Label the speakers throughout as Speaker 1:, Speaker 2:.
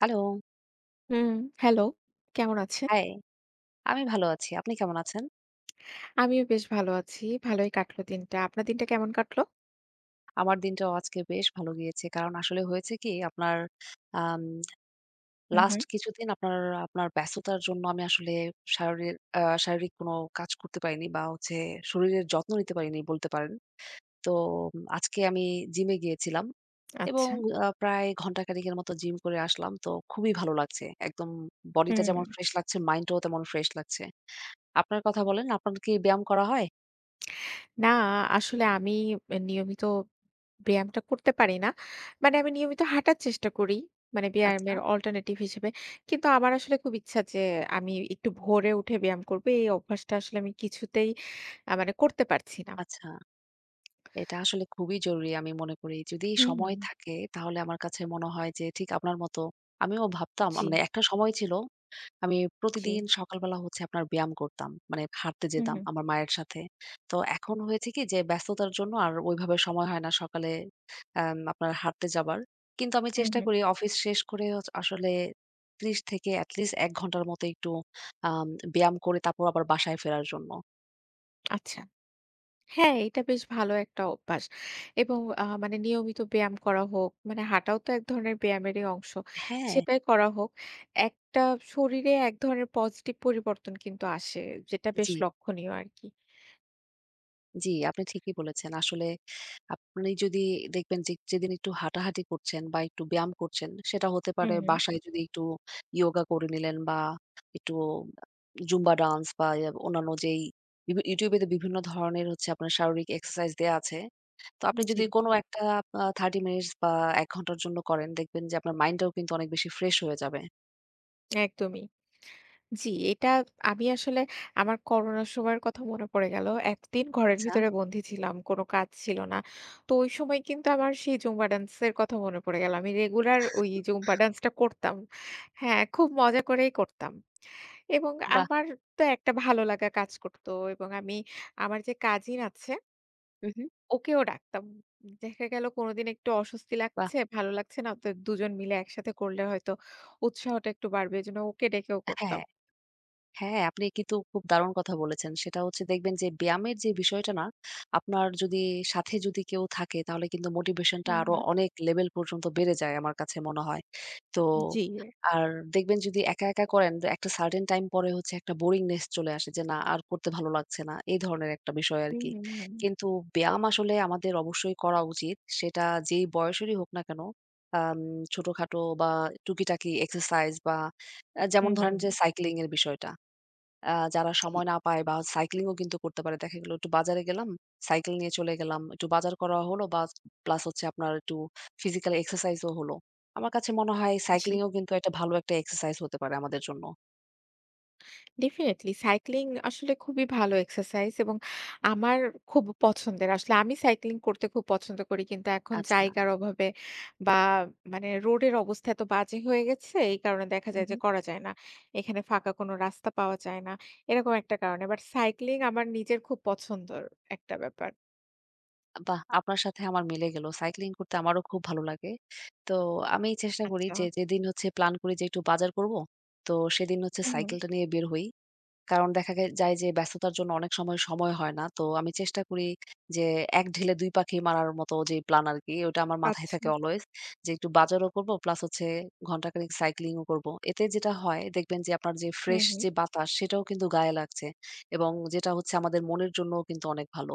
Speaker 1: Hello,
Speaker 2: হুম, hello, কেমন আছেন?
Speaker 1: High. আমি ভালো আছি। আপনি কেমন আছেন?
Speaker 2: আমিও বেশ ভালো আছি। ভালোই কাটলো দিনটা। আপনার দিনটা কেমন কাটলো?
Speaker 1: আমার দিনটাও আজকে বেশ ভালো গিয়েছে। কারণ আসলে হয়েছে কি আপনার আম
Speaker 2: হুম,
Speaker 1: লাস্ট
Speaker 2: হুম।
Speaker 1: কিছুদিন আপনার আপনার ব্যস্ততার জন্য আমি আসলে শারীর শারীরিক কোনো কাজ করতে পারিনি বা হচ্ছে শরীরের যত্ন নিতে পারিনি বলতে পারেন। তো আজকে আমি জিমে গিয়েছিলাম এবং
Speaker 2: আচ্ছা।
Speaker 1: প্রায় ঘন্টা খানেকের মতো জিম করে আসলাম। তো খুবই ভালো লাগছে। একদম বডিটা
Speaker 2: হুম।
Speaker 1: যেমন ফ্রেশ লাগছে, মাইন্ডটাও তেমন ফ্রেশ লাগছে। আপনার কথা বলেন, আপনার কি ব্যায়াম করা হয়?
Speaker 2: না, আসলে আমি এ নিয়মিত ব্যায়ামটা করতে পারি না। মানে আমি নিয়মিত হাঁটার চেষ্টা করি, মানে
Speaker 1: আচ্ছা,
Speaker 2: ব্যায়ামের অল্টারনেটিভ হিসেবে। কিন্তু আমার আসলে খুব ইচ্ছা যে আমি একটু ভোরে উঠে ব্যায়াম করব। এই অভ্যাসটা আসলে আমি কিছুতেই মানে করতে পারছি না।
Speaker 1: আচ্ছা। এটা আসলে খুবই জরুরি আমি মনে করি। যদি
Speaker 2: হুম,
Speaker 1: সময়
Speaker 2: হুম।
Speaker 1: থাকে তাহলে আমার কাছে মনে হয় যে ঠিক আপনার মতো আমিও ভাবতাম
Speaker 2: জি,
Speaker 1: মানে একটা সময় ছিল আমি
Speaker 2: জি।
Speaker 1: প্রতিদিন সকালবেলা হচ্ছে আপনার ব্যায়াম করতাম। মানে হাঁটতে
Speaker 2: হুম,
Speaker 1: যেতাম
Speaker 2: হুম।
Speaker 1: আমার মায়ের সাথে। তো এখন হয়েছে কি যে ব্যস্ততার জন্য আর ওইভাবে সময় হয় না সকালে আপনার হাঁটতে যাবার। কিন্তু আমি
Speaker 2: হুম,
Speaker 1: চেষ্টা
Speaker 2: হুম।
Speaker 1: করি অফিস শেষ করে আসলে ৩০ থেকে at least ১ ঘন্টার মতো একটু আম ব্যায়াম করে তারপর আবার বাসায় ফেরার জন্য।
Speaker 2: আচ্ছা। হ্যাঁ, এটা বেশ ভালো একটা অভ্যাস, এবং মানে নিয়মিত ব্যায়াম করা হোক, মানে হাঁটাও তো এক ধরনের ব্যায়ামেরই অংশ।
Speaker 1: হ্যাঁ,
Speaker 2: সেটাই করা হোক। একটা শরীরে এক ধরনের পজিটিভ পরিবর্তন কিন্তু আসে, যেটা বেশ
Speaker 1: জি।
Speaker 2: লক্ষণীয় আরকি।
Speaker 1: জি, আপনি ঠিকই বলেছেন। আসলে আপনি যদি দেখবেন যে যেদিন একটু হাঁটাহাঁটি করছেন বা একটু ব্যায়াম করছেন, সেটা হতে পারে
Speaker 2: হুম,
Speaker 1: বাসায় যদি একটু ইয়োগা করে নিলেন বা একটু জুম্বা ডান্স বা অন্যান্য যেই YouTube এ তো বিভিন্ন ধরনের হচ্ছে আপনার শারীরিক এক্সারসাইজ দেয়া আছে। তো আপনি যদি
Speaker 2: জি।
Speaker 1: কোনো একটা ৩০ মিনিটস বা ১ ঘন্টার জন্য করেন, দেখবেন যে আপনার মাইন্ডটাও কিন্তু অনেক বেশি ফ্রেশ হয়ে যাবে।
Speaker 2: একদমই। জি, এটা আমি আসলে আমার করোনার সময়ের কথা মনে পড়ে গেল। এতদিন ঘরের
Speaker 1: আচ্ছা,
Speaker 2: ভিতরে বন্দী ছিলাম। কোন কাজ ছিল না। তো ওই সময় কিন্তু আমার সেই জুম্বা ডান্সের কথা মনে পড়ে গেল। আমি রেগুলার ওই জুম্বা ডান্সটা করতাম। হ্যাঁ, খুব মজা করেই করতাম। এবং
Speaker 1: বাহ!
Speaker 2: আমার তো একটা ভালো লাগা কাজ করত, এবং আমি আমার যে কাজিন আছে
Speaker 1: হু, হু।
Speaker 2: ওকেও ডাকতাম। দেখা গেল কোনদিন একটু অস্বস্তি
Speaker 1: বাহ!
Speaker 2: লাগছে, ভালো লাগছে না। তো ২ জন মিলে একসাথে করলে হয়তো উৎসাহটা একটু বাড়বে, এজন্য ওকে ডেকেও
Speaker 1: হ্যাঁ।
Speaker 2: করতাম।
Speaker 1: হ্যাঁ। হ্যাঁ, আপনি কিন্তু খুব দারুণ কথা বলেছেন। সেটা হচ্ছে দেখবেন যে ব্যায়ামের যে বিষয়টা না, আপনার যদি সাথে যদি কেউ থাকে তাহলে কিন্তু মোটিভেশন টা
Speaker 2: হুম,
Speaker 1: আরো
Speaker 2: হুম।
Speaker 1: অনেক লেভেল পর্যন্ত বেড়ে যায় আমার কাছে মনে হয়। তো
Speaker 2: জি।
Speaker 1: আর দেখবেন যদি একা, একা করেন তো একটা সার্টেন টাইম পরে হচ্ছে একটা বোরিংনেস চলে আসে যে না আর করতে ভালো লাগছে না। এই ধরনের একটা বিষয়
Speaker 2: হুম,
Speaker 1: আরকি।
Speaker 2: হুম, হুম।
Speaker 1: কিন্তু ব্যায়াম আসলে আমাদের অবশ্যই করা উচিত। সেটা যেই বয়সেরই হোক না কেন। আম ছোটখাটো বা টুকিটাকি এক্সারসাইজ বা যেমন
Speaker 2: হুম,
Speaker 1: ধরেন
Speaker 2: হুম। হুম।
Speaker 1: যে সাইক্লিং এর বিষয়টা। আ যারা
Speaker 2: জি।
Speaker 1: সময় না পায় বা সাইক্লিং ও কিন্তু করতে পারে। দেখা গেল একটু বাজারে গেলাম, সাইকেল নিয়ে চলে গেলাম। একটু বাজার করা হলো বা প্লাস হচ্ছে আপনার একটু ফিজিক্যাল এক্সারসাইজ ও হলো। আমার কাছে মনে হয়
Speaker 2: জি,
Speaker 1: সাইক্লিং ও কিন্তু একটা ভালো একটা এক্সারসাইজ হতে পারে আমাদের জন্য।
Speaker 2: ডেফিনিটলি সাইক্লিং আসলে খুবই ভালো এক্সারসাইজ এবং আমার খুব পছন্দের। আসলে আমি সাইক্লিং করতে খুব পছন্দ করি। কিন্তু এখন
Speaker 1: আচ্ছা।
Speaker 2: জায়গার অভাবে বা মানে রোডের অবস্থা এত বাজে হয়ে গেছে, এই কারণে দেখা যায় যে
Speaker 1: উহু।
Speaker 2: করা যায় না। এখানে ফাঁকা কোনো রাস্তা পাওয়া যায় না, এরকম একটা কারণে। বাট সাইক্লিং আমার নিজের খুব পছন্দর একটা ব্যাপার।
Speaker 1: বাহ! আপনার সাথে আমার মিলে গেল। সাইক্লিং করতে আমারও খুব ভালো লাগে। তো আমি চেষ্টা করি
Speaker 2: আচ্ছা।
Speaker 1: যে যেদিন হচ্ছে প্ল্যান করি যে একটু বাজার করব, তো সেদিন হচ্ছে
Speaker 2: হুম, হুম।
Speaker 1: সাইকেলটা নিয়ে বের হই। কারণ দেখা যায় যে ব্যস্ততার জন্য অনেক সময় হয় না। তো আমি চেষ্টা করি যে এক ঢিলে ২ পাখি মারার মতো যে প্ল্যান আরকি, ওটা আমার মাথায়
Speaker 2: আচ্ছা।
Speaker 1: থাকে অলওয়েজ। যে একটু বাজারও করব প্লাস হচ্ছে ঘন্টাখানেক সাইক্লিংও করব। এতে যেটা হয় দেখবেন যে আপনার যে
Speaker 2: হুম,
Speaker 1: ফ্রেশ
Speaker 2: হুম।
Speaker 1: যে বাতাস সেটাও কিন্তু গায়ে লাগছে এবং যেটা হচ্ছে আমাদের মনের জন্যও কিন্তু অনেক ভালো।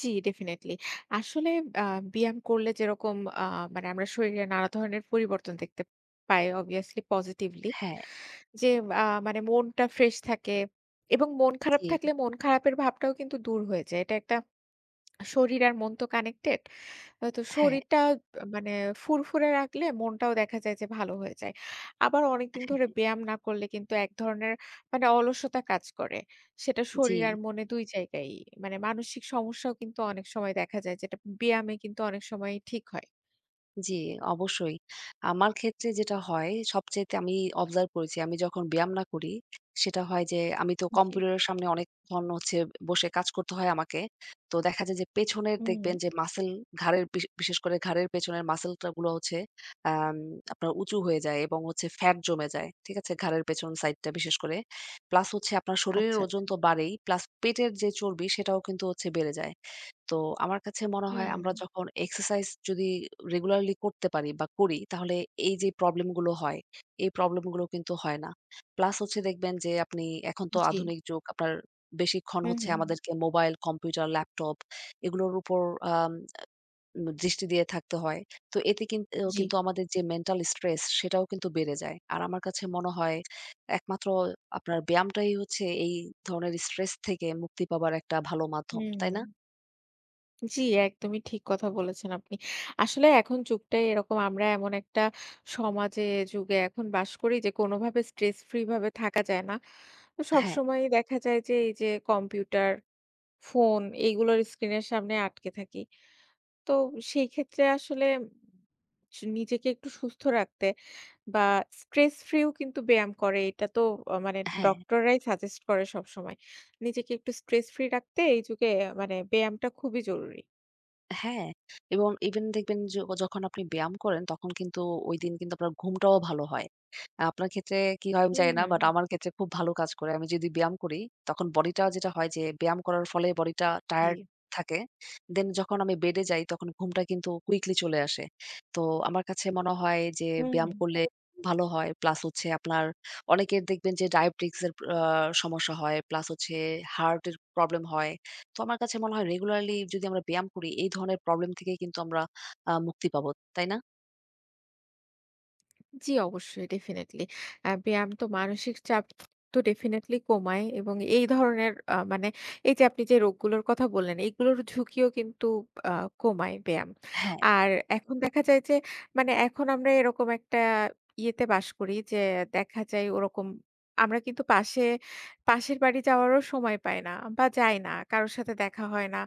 Speaker 2: জি, ডেফিনিটলি। আসলে আ ব্যায়াম করলে যেরকম আ মানে আমরা শরীরে নানা ধরনের পরিবর্তন দেখতে পাই obviously পজিটিভলি।
Speaker 1: হ্যাঁ,
Speaker 2: যে মানে মনটা ফ্রেশ থাকে এবং মন খারাপ
Speaker 1: জি।
Speaker 2: থাকলে মন খারাপের ভাবটাও কিন্তু দূর হয়ে যায়। এটা একটা শরীর আর মন তো কানেক্টেড। হয়তো
Speaker 1: হ্যাঁ,
Speaker 2: শরীরটা মানে ফুরফুরে রাখলে মনটাও দেখা যায় যে ভালো হয়ে যায়। আবার অনেকদিন ধরে
Speaker 1: হ্যাঁ,
Speaker 2: ব্যায়াম না করলে কিন্তু এক ধরনের মানে অলসতা কাজ করে। সেটা
Speaker 1: জি।
Speaker 2: শরীর আর মনে ২ জায়গায়ই। মানে মানসিক সমস্যাও কিন্তু অনেক সময় দেখা যায়, যেটা ব্যায়ামে কিন্তু অনেক সময় ঠিক হয়।
Speaker 1: জি, অবশ্যই। আমার ক্ষেত্রে যেটা হয় সবচাইতে আমি অবজার্ভ করেছি আমি যখন ব্যায়াম না করি, সেটা হয় যে আমি তো
Speaker 2: জি।
Speaker 1: কম্পিউটারের সামনে অনেকক্ষণ হচ্ছে বসে কাজ করতে হয় আমাকে। তো দেখা যায় যে পেছনের
Speaker 2: হুম।
Speaker 1: দেখবেন যে মাসল ঘাড়ের বিশেষ করে ঘাড়ের পেছনের মাসলটা গুলো হচ্ছে আম আপনার উঁচু হয়ে যায় এবং হচ্ছে ফ্যাট জমে যায়। ঠিক আছে? ঘাড়ের পেছন সাইডটা বিশেষ করে। প্লাস হচ্ছে আপনার শরীরের
Speaker 2: আচ্ছা,
Speaker 1: ওজন
Speaker 2: আচ্ছা।
Speaker 1: তো বাড়েই। প্লাস পেটের যে চর্বি সেটাও কিন্তু হচ্ছে বেড়ে যায়। তো আমার কাছে মনে হয়
Speaker 2: হুম।
Speaker 1: আমরা যখন এক্সারসাইজ যদি রেগুলারলি করতে পারি বা করি, তাহলে এই যে প্রবলেম গুলো হয়, এই প্রবলেম গুলো কিন্তু হয় না। প্লাস হচ্ছে দেখবেন যে আপনি এখন তো
Speaker 2: জি।
Speaker 1: আধুনিক যুগ, আপনার বেশিক্ষণ
Speaker 2: হুম,
Speaker 1: হচ্ছে
Speaker 2: হুম, হুম।
Speaker 1: আমাদেরকে মোবাইল, কম্পিউটার, ল্যাপটপ এগুলোর উপর আম দৃষ্টি দিয়ে থাকতে হয়। তো এতে এও
Speaker 2: জি।
Speaker 1: কিন্তু আমাদের যে মেন্টাল স্ট্রেস সেটাও কিন্তু বেড়ে যায়। আর আমার কাছে মনে হয় একমাত্র আপনার ব্যায়ামটাই হচ্ছে এই ধরনের স্ট্রেস থেকে মুক্তি পাবার একটা ভালো মাধ্যম। তাই
Speaker 2: হুম।
Speaker 1: না?
Speaker 2: জি, একদমই ঠিক কথা বলেছেন আপনি। আসলে এখন যুগটাই এরকম, আমরা এমন একটা সমাজে যুগে এখন বাস করি যে কোনোভাবে স্ট্রেস ফ্রি ভাবে থাকা যায় না। তো
Speaker 1: হ্যাঁ,
Speaker 2: সবসময়ই দেখা যায় যে এই যে কম্পিউটার, ফোন এইগুলোর স্ক্রিনের সামনে আটকে থাকি। তো সেই ক্ষেত্রে আসলে নিজেকে একটু সুস্থ রাখতে বা স্ট্রেস ফ্রিও কিন্তু ব্যায়াম করে, এটা তো মানে
Speaker 1: হ্যাঁ।
Speaker 2: ডক্টররাই সাজেস্ট করে সবসময়। নিজেকে একটু স্ট্রেস ফ্রি রাখতে এই যুগে মানে ব্যায়ামটা খুবই জরুরি।
Speaker 1: হ্যাঁ, এবং ইভেন দেখবেন যে ও যখন আপনি ব্যায়াম করেন তখন কিন্তু ঐদিন কিন্তু আপনার ঘুমটাও ভালো হয়। আপনার ক্ষেত্রে কি হয় আমি
Speaker 2: হুম,
Speaker 1: জানি না
Speaker 2: হুম।
Speaker 1: বাট আমার ক্ষেত্রে খুব ভালো কাজ করে। আমি যদি ব্যায়াম করি তখন বডিটা যেটা হয় যে ব্যায়াম করার ফলে বডিটা
Speaker 2: জি।
Speaker 1: টায়ার্ড থাকে। দেন যখন আমি বেডে যাই তখন ঘুমটা কিন্তু কুইকলি চলে আসে। তো আমার কাছে মনে হয় যে
Speaker 2: হুম,
Speaker 1: ব্যায়াম
Speaker 2: হুম।
Speaker 1: করলে ভালো হয়। প্লাস হচ্ছে আপনার অনেকের দেখবেন যে ডায়াবেটিকস এর আ সমস্যা হয়। প্লাস হচ্ছে হার্টের প্রবলেম হয়। তো আমার কাছে মনে হয় রেগুলারলি যদি আমরা ব্যায়াম করি, এই ধরনের প্রবলেম থেকে কিন্তু আমরা মুক্তি পাবো। তাই না?
Speaker 2: জি, অবশ্যই ডেফিনিটলি। ব্যায়াম তো মানসিক চাপ তো ডেফিনিটলি কমায়, এবং এই ধরনের মানে এই যে আপনি যে রোগগুলোর কথা বললেন, এগুলোর ঝুঁকিও কিন্তু আ কমায় ব্যায়াম।
Speaker 1: হ্যাঁ,
Speaker 2: আর এখন দেখা যায় যে মানে এখন আমরা এরকম একটা ইয়েতে বাস করি যে দেখা যায় ওরকম আমরা কিন্তু পাশের বাড়ি যাওয়ারও সময় পাই না বা যাই না। কারো সাথে দেখা হয় না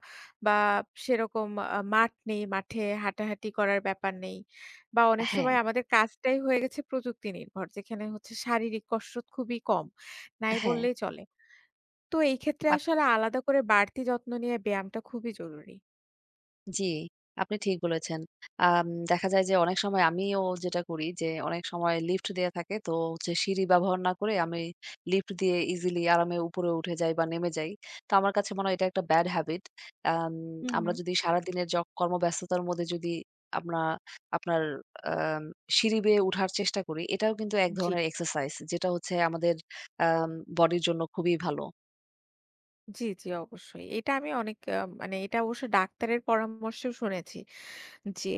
Speaker 2: বা সেরকম মাঠ নেই, মাঠে হাঁটাহাঁটি করার ব্যাপার নেই। বা অনেক
Speaker 1: হ্যাঁ,
Speaker 2: সময় আমাদের কাজটাই হয়ে গেছে প্রযুক্তি নির্ভর, যেখানে হচ্ছে শারীরিক কসরত খুবই কম, নাই
Speaker 1: হ্যাঁ।
Speaker 2: বললেই চলে। তো এই ক্ষেত্রে আসলে আলাদা করে বাড়তি যত্ন নিয়ে ব্যায়ামটা খুবই জরুরি।
Speaker 1: জি, আপনি ঠিক বলেছেন। দেখা যায় যে অনেক সময় আমিও যেটা করি যে অনেক সময় লিফট দেয়া থাকে। তো হচ্ছে সিঁড়ি ব্যবহার না করে আমি লিফট দিয়ে ইজিলি আরামে উপরে উঠে যাই বা নেমে যাই। তো আমার কাছে মনে হয় এটা একটা ব্যাড হ্যাবিট। আম
Speaker 2: হুম,
Speaker 1: আমরা
Speaker 2: হুম।
Speaker 1: যদি সারাদিনের কর্মব্যস্ততার মধ্যে যদি আমরা আপনার আম সিঁড়ি বেয়ে উঠার চেষ্টা করি, এটাও কিন্তু এক
Speaker 2: জি,
Speaker 1: ধরনের এক্সারসাইজ যেটা হচ্ছে আমাদের আম বডির জন্য খুবই ভালো।
Speaker 2: জি অবশ্যই। এটা আমি অনেক মানে এটা অবশ্য ডাক্তারের পরামর্শেও শুনেছি। যে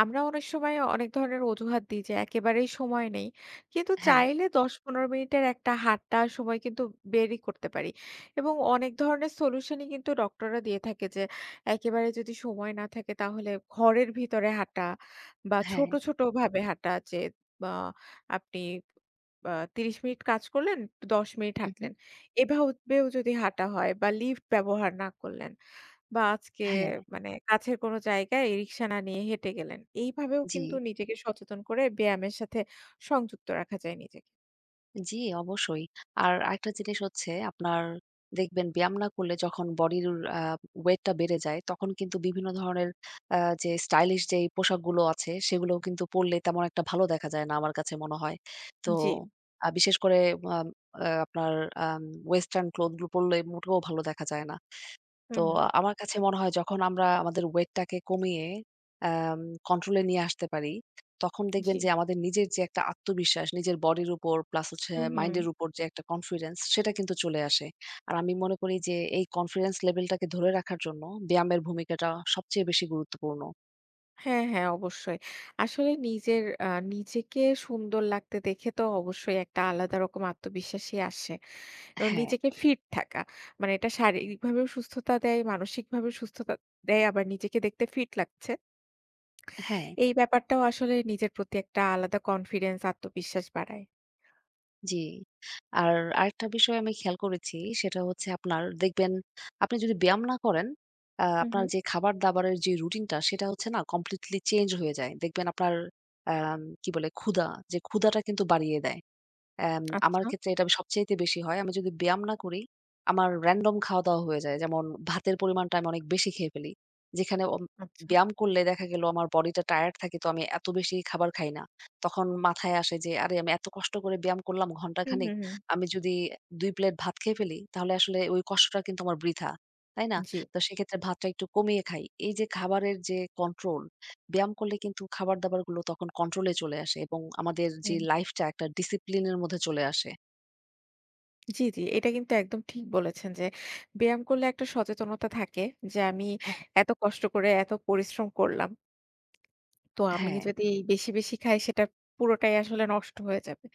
Speaker 2: আমরা অনেক সময় অনেক ধরনের অজুহাত দিই যে একেবারেই সময় নেই। কিন্তু
Speaker 1: হ্যাঁ,
Speaker 2: চাইলে ১০-১৫ মিনিটের একটা হাঁটা সময় কিন্তু বেরই করতে পারি। এবং অনেক ধরনের সলিউশনই কিন্তু ডক্টররা দিয়ে থাকে যে একেবারে যদি সময় না থাকে তাহলে ঘরের ভিতরে হাঁটা বা
Speaker 1: হ্যাঁ।
Speaker 2: ছোট, ছোট ভাবে হাঁটা, যে বা আপনি ৩০ মিনিট কাজ করলেন, ১০ মিনিট
Speaker 1: হুম, হুম।
Speaker 2: হাঁটলেন। এভাবেও যদি হাঁটা হয় বা লিফট ব্যবহার না করলেন। বা আজকে
Speaker 1: হ্যাঁ,
Speaker 2: মানে কাছের কোনো জায়গায় রিক্সা না নিয়ে হেঁটে গেলেন। এইভাবেও
Speaker 1: জি।
Speaker 2: কিন্তু নিজেকে সচেতন করে ব্যায়ামের সাথে সংযুক্ত রাখা যায় নিজেকে।
Speaker 1: জি, অবশ্যই। আর আরেকটা জিনিস হচ্ছে আপনার দেখবেন ব্যায়াম না করলে যখন বডির আ ওয়েটটা বেড়ে যায়, তখন কিন্তু বিভিন্ন ধরনের আ যে স্টাইলিশ যেই পোশাকগুলো আছে, সেগুলোও কিন্তু পড়লে তেমন একটা ভালো দেখা যায় না আমার কাছে মনে হয়। তো
Speaker 2: জি।
Speaker 1: বিশেষ করে আম আপনার আম ওয়েসটার্ন ক্লথগুলো পড়লে মোটেও ভালো দেখা যায় না। তো
Speaker 2: হুম, হুম।
Speaker 1: আমার কাছে মনে হয় যখন আমরা আমাদের ওয়েটটাকে কমিয়ে আ কন্ট্রোল এ নিয়ে আসতে পারি, তখন দেখবেন
Speaker 2: জি।
Speaker 1: যে আমাদের নিজের যে একটা আত্মবিশ্বাস, নিজের বডির উপর প্লাস হচ্ছে
Speaker 2: হুম, হুম।
Speaker 1: মাইন্ড এর উপর যে একটা কনফিডেন্স সেটা কিন্তু চলে আসে। আর আমি মনে করি যে এই কনফিডেন্স লেভেলটাকে ধরে রাখার জন্য ব্যায়ামের ভূমিকাটা সবচেয়ে বেশি গুরুত্বপূর্ণ।
Speaker 2: হ্যাঁ, হ্যাঁ অবশ্যই। আসলে নিজের নিজেকে সুন্দর লাগতে দেখে তো অবশ্যই একটা আলাদা রকম আত্মবিশ্বাসই আসে। এবং
Speaker 1: হ্যাঁ,
Speaker 2: নিজেকে ফিট থাকা, মানে এটা শারীরিকভাবেও সুস্থতা দেয়, মানসিকভাবেও সুস্থতা দেয়, আবার নিজেকে দেখতে ফিট লাগছে।
Speaker 1: হ্যাঁ,
Speaker 2: এই ব্যাপারটাও আসলে নিজের প্রতি একটা আলাদা কনফিডেন্স, আত্মবিশ্বাস বাড়ায়।
Speaker 1: জি। আর আরেকটা বিষয় আমি খেয়াল করেছি সেটা হচ্ছে আপনার দেখবেন আপনি যদি ব্যায়াম না করেন,
Speaker 2: হুম,
Speaker 1: আপনার
Speaker 2: হুম।
Speaker 1: যে খাবার-দাবারের যে রুটিনটা সেটা হচ্ছে না কমপ্লিটলি চেঞ্জ হয়ে যায়। দেখবেন আপনার কি বলে ক্ষুধা, যে ক্ষুধাটা কিন্তু বাড়িয়ে দেয়। আমার
Speaker 2: আচ্ছা।
Speaker 1: ক্ষেত্রে এটা সবচাইতে বেশি হয়। আমি যদি ব্যায়াম না করি, আমার র‍্যান্ডম খাওয়া-দাওয়া হয়ে যায়। যেমন ভাতের পরিমাণটা আমি অনেক বেশি খেয়ে ফেলি। যেখানে
Speaker 2: আচ্ছা।
Speaker 1: ব্যায়াম করলে দেখা গেল আমার বডিটা টায়ার্ড থাকে তো আমি এত বেশি খাবার খাই না। তখন মাথায় আসে যে, "আরে আমি এত কষ্ট করে ব্যায়াম করলাম
Speaker 2: হুম,
Speaker 1: ঘন্টাখানেক।
Speaker 2: হুম, হুম।
Speaker 1: আমি যদি ২ প্লেট ভাত খেয়ে ফেলি তাহলে আসলে ওই কষ্টটা কিন্তু আমার বৃথা।" তাই না?
Speaker 2: জি।
Speaker 1: তো সেক্ষেত্রে ভাতটা একটু কমিয়ে খাই। এই যে খাবারের যে কন্ট্রোল ব্যায়াম করলে কিন্তু খাবার-দাবার গুলো তখন কন্ট্রোলে চলে আসে এবং আমাদের যে
Speaker 2: হুম।
Speaker 1: লাইফটা একটা ডিসিপ্লিন এর মধ্যে চলে আসে।
Speaker 2: জি, জি। এটা কিন্তু একদম ঠিক বলেছেন যে ব্যায়াম করলে একটা সচেতনতা থাকে যে আমি
Speaker 1: হ্যাঁ,
Speaker 2: এত কষ্ট করে এত পরিশ্রম করলাম। তো আমি
Speaker 1: হ্যাঁ,
Speaker 2: যদি বেশি, বেশি খাই সেটা পুরোটাই আসলে নষ্ট হয়ে যাবে।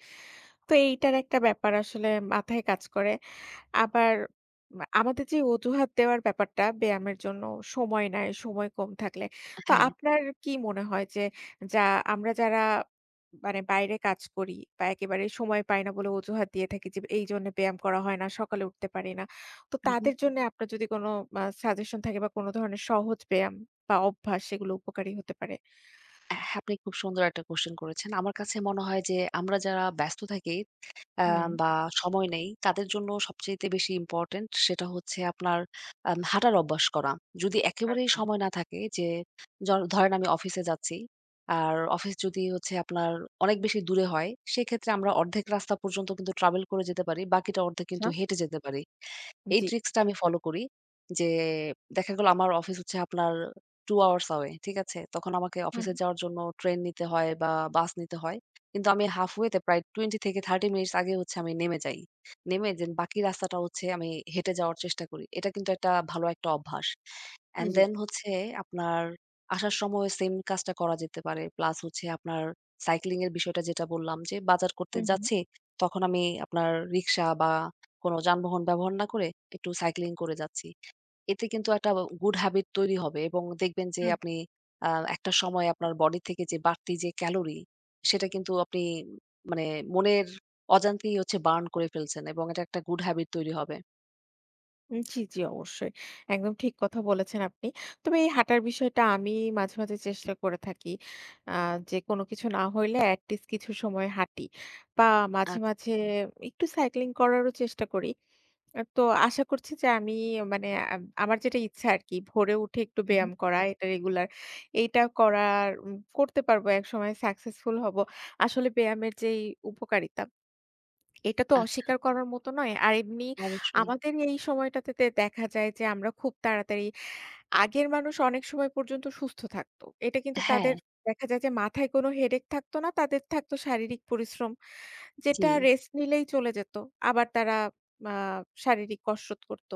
Speaker 2: তো এইটার একটা ব্যাপার আসলে মাথায় কাজ করে। আবার আমাদের যে অজুহাত দেওয়ার ব্যাপারটা ব্যায়ামের জন্য, সময় নাই, সময় কম থাকলে। তো
Speaker 1: হ্যাঁ।
Speaker 2: আপনার কি মনে হয় যে যা আমরা যারা মানে বাইরে কাজ করি বা একেবারেই সময় পাই না বলে অজুহাত দিয়ে থাকি যে এইজন্যে ব্যায়াম করা হয় না, সকালে উঠতে পারি না। তো
Speaker 1: উহু।
Speaker 2: তাদের জন্যে আপনার যদি কোনো সাজেশন থাকে বা কোনো ধরনের সহজ ব্যায়াম বা অভ্যাস সেগুলো উপকারী হতে পারে?
Speaker 1: হ্যাঁ, আপনি খুব সুন্দর একটা কোয়েশ্চেন করেছেন। আমার কাছে মনে হয় যে আমরা যারা ব্যস্ত থাকি অ্যা
Speaker 2: হুম।
Speaker 1: বা সময় নেই, তাদের জন্য সবচাইতে বেশি ইম্পোর্টেন্ট সেটা হচ্ছে আপনার হাঁটার অভ্যাস করা। যদি একেবারেই
Speaker 2: আচ্ছা,
Speaker 1: সময় না থাকে যে জ ধরেন আমি অফিসে যাচ্ছি। আর অফিস যদি হচ্ছে আপনার অনেক বেশি দূরে হয়, সেক্ষেত্রে আমরা অর্ধেক রাস্তা পর্যন্ত কিন্তু ট্রাভেল করে যেতে পারি। বাকিটা অর্ধেক
Speaker 2: আচ্ছা।
Speaker 1: কিন্তু হেঁটে যেতে পারি। এই
Speaker 2: জি।
Speaker 1: ট্রিক্সটা আমি ফলো করি যে দেখা গেল আমার অফিস হচ্ছে আপনার ২ আওয়ার্স অ্যাওয়ে, ঠিক আছে? তখন আমাকে
Speaker 2: হুম,
Speaker 1: অফিসে যাওয়ার জন্য ট্রেন নিতে হয় বা বাস নিতে হয়। কিন্তু আমি halfway তে প্রায় ২০ থেকে ৩০ মিনিটস আগে হচ্ছে আমি নেমে যাই। নেমে দেন বাকি রাস্তাটা হচ্ছে আমি হেঁটে যাওয়ার চেষ্টা করি। এটা কিন্তু একটা ভালো একটা অভ্যাস। অ্যান্ড
Speaker 2: জি।
Speaker 1: দেন হচ্ছে আপনার আসার সময় সেম কাজটা করা যেতে পারে। প্লাস হচ্ছে আপনার সাইক্লিং এর বিষয়টা যেটা বললাম যে বাজার করতে
Speaker 2: হুম, হুম।
Speaker 1: যাচ্ছি, তখন আমি আপনার রিক্সা বা কোনো যানবাহন ব্যবহার না করে একটু সাইক্লিং করে যাচ্ছি। এতে কিন্তু একটা গুড হ্যাবিট তৈরি হবে এবং দেখবেন যে আপনি আ একটা সময় আপনার বডি থেকে যে বাড়তি যে ক্যালোরি সেটা কিন্তু আপনি মানে মনের অজান্তেই হচ্ছে বার্ন করে ফেলছেন এবং এটা একটা গুড হ্যাবিট তৈরি হবে।
Speaker 2: জি, জি অবশ্যই। একদম ঠিক কথা বলেছেন আপনি। তবে এই হাঁটার বিষয়টা আমি মাঝে, মাঝে চেষ্টা করে থাকি। আ যে কোনো কিছু না হইলে at least কিছু সময় হাঁটি। বা মাঝে,
Speaker 1: আচ্ছা।
Speaker 2: মাঝে একটু সাইক্লিং করারও চেষ্টা করি। তো আশা করছি যে আমি মানে আমার যেটা ইচ্ছা আরকি ভোরে উঠে একটু
Speaker 1: উহু।
Speaker 2: ব্যায়াম করা, এটা রেগুলার এইটা করার করতে পারবো, একসময় সাকসেসফুল হব। আসলে ব্যায়ামের যেই উপকারিতা এটা তো
Speaker 1: আচ্ছা,
Speaker 2: অস্বীকার করার মতো নয়। আর এমনি
Speaker 1: অবশ্যই।
Speaker 2: আমাদের এই সময়টাতে দেখা যায় যে আমরা খুব তাড়াতাড়ি, আগের মানুষ অনেক সময় পর্যন্ত সুস্থ থাকতো। এটা কিন্তু
Speaker 1: হ্যাঁ,
Speaker 2: তাদের দেখা যায় যে মাথায় কোনো হেডেক থাকতো না। তাদের থাকতো শারীরিক পরিশ্রম,
Speaker 1: জি।
Speaker 2: যেটা রেস্ট নিলেই চলে যেত। আবার তারা আ শারীরিক কসরত করত।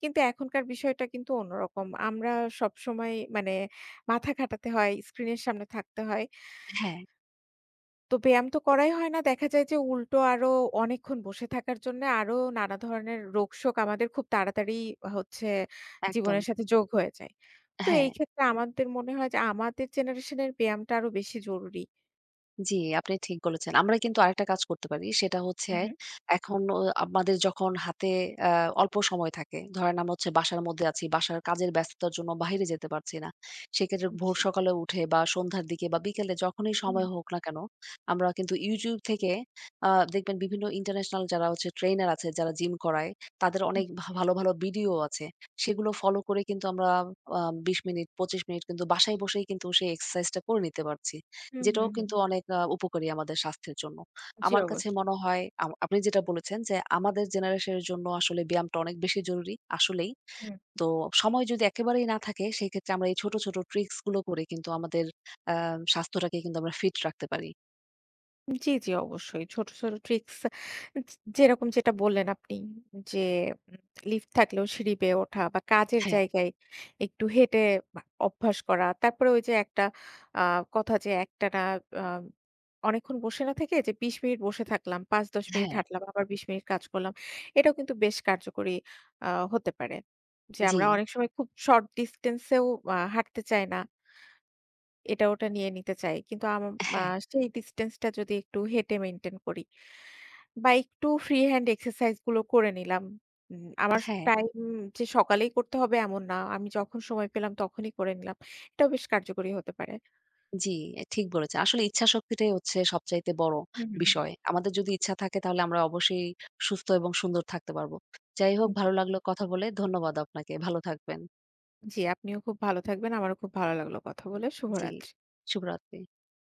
Speaker 2: কিন্তু এখনকার বিষয়টা কিন্তু অন্যরকম। আমরা সবসময় মানে মাথা খাটাতে হয়, স্ক্রিনের সামনে থাকতে হয়।
Speaker 1: হ্যাঁ,
Speaker 2: তো ব্যায়াম তো করাই হয় না। দেখা যায় যে উল্টো আরো অনেকক্ষণ বসে থাকার জন্যে আরো নানা ধরনের রোগশোক আমাদের খুব তাড়াতাড়ি হচ্ছে
Speaker 1: একদম।
Speaker 2: জীবনের সাথে যোগ হয়ে যায়। তো
Speaker 1: হ্যাঁ।
Speaker 2: এই ক্ষেত্রে আমাদের মনে হয় যে আমাদের জেনারেশনের ব্যায়ামটা আরো বেশি জরুরি।
Speaker 1: জি, আপনি ঠিক বলেছেন। আমরা কিন্তু আরেকটা কাজ করতে পারি। সেটা হচ্ছে
Speaker 2: হুম, হুম।
Speaker 1: এখন ও আমাদের যখন হাতে আ অল্প সময় থাকে, ধরেন আমরা হচ্ছে বাসার মধ্যে আছি, বাসার কাজের ব্যস্ততার জন্য বাহিরে যেতে পারছি না। সেক্ষেত্রে ভোর
Speaker 2: জি।
Speaker 1: সকালে উঠে বা সন্ধ্যার দিকে বা বিকেলে যখনই
Speaker 2: হুম,
Speaker 1: সময়
Speaker 2: হুম।
Speaker 1: হোক না কেন, আমরা কিন্তু YouTube থেকে আ দেখবেন বিভিন্ন ইন্টারন্যাশনাল যারা হচ্ছে ট্রেইনার আছে, যারা জিম করায়, তাদের অনেক ভালো, ভালো ভিডিও আছে। সেগুলো ফলো করে কিন্তু আমরা আ ২০ মিনিট, ২৫ মিনিট কিন্তু বাসায় বসেই কিন্তু সেই এক্সারসাইজটা করে নিতে পারছি।
Speaker 2: হুম,
Speaker 1: যেটাও
Speaker 2: হুম, হুম।
Speaker 1: কিন্তু অনেক উপকারী আমাদের স্বাস্থ্যের জন্য।
Speaker 2: জি,
Speaker 1: আমার কাছে
Speaker 2: অবশ্যই।
Speaker 1: মনে হয় আপনি যেটা বলেছেন যে, আমাদের জেনারেশনের জন্য আসলে ব্যায়ামটা অনেক বেশি জরুরি, আসলেই। তো সময় যদি একেবারেই না থাকে, সেক্ষেত্রে আমরা এই ছোট, ছোট ট্রিকস গুলো করে কিন্তু আমাদের আ স্বাস্থ্যটাকে কিন্তু আমরা ফিট রাখতে পারি।
Speaker 2: জি, জি, অবশ্যই। ছোট, ছোট ট্রিক্স যেরকম যেটা বললেন আপনি যে উম লিফট থাকলেও সিঁড়ি বেয়ে ওঠা বা কাজের
Speaker 1: হ্যাঁ,
Speaker 2: জায়গায় একটু হেঁটে বা অভ্যাস করা। তারপরে ওই যে একটা আ কথা যে একটানা আ অনেকক্ষণ বসে না থেকে যে ২০ মিনিট বসে থাকলাম, ৫-১০ মিনিট
Speaker 1: হ্যাঁ,
Speaker 2: হাঁটলাম, আবার ২০ মিনিট কাজ করলাম। এটাও কিন্তু বেশ কার্যকরী হতে পারে। যে
Speaker 1: জি,
Speaker 2: আমরা অনেক সময় খুব শর্ট ডিসট্যান্স এও হাঁটতে চাই না। এটা ওটা নিয়ে নিতে চাই। কিন্তু আম আ
Speaker 1: হ্যাঁ,
Speaker 2: সেই ডিসট্যান্স টা যদি একটু হেঁটে মেইনটেইন করি বা একটু ফ্রি হ্যান্ড এক্সারসাইজ গুলো করে নিলাম। আমার
Speaker 1: হ্যাঁ,
Speaker 2: টাইম যে সকালেই করতে হবে এমন না। আমি যখন সময় পেলাম তখনই করে নিলাম। এটাও বেশ কার্যকরী হতে পারে।
Speaker 1: জি, ঠিক বলেছেন। আসলে ইচ্ছাশক্তিটাই হচ্ছে সবচাইতে বড়
Speaker 2: হুম, হুম, হুম।
Speaker 1: বিষয়। আমাদের যদি ইচ্ছা থাকে তাহলে আমরা অবশ্যই সুস্থ এবং সুন্দর থাকতে পারব। যাই হোক
Speaker 2: জি।
Speaker 1: ভালো লাগলো কথা বলে। ধন্যবাদ আপনাকে। ভালো থাকবেন।
Speaker 2: জি, আপনিও খুব ভালো থাকবেন। আমারও খুব ভালো লাগলো কথা বলে।
Speaker 1: জি,
Speaker 2: শুভরাত্রি।
Speaker 1: শুভরাত্রি।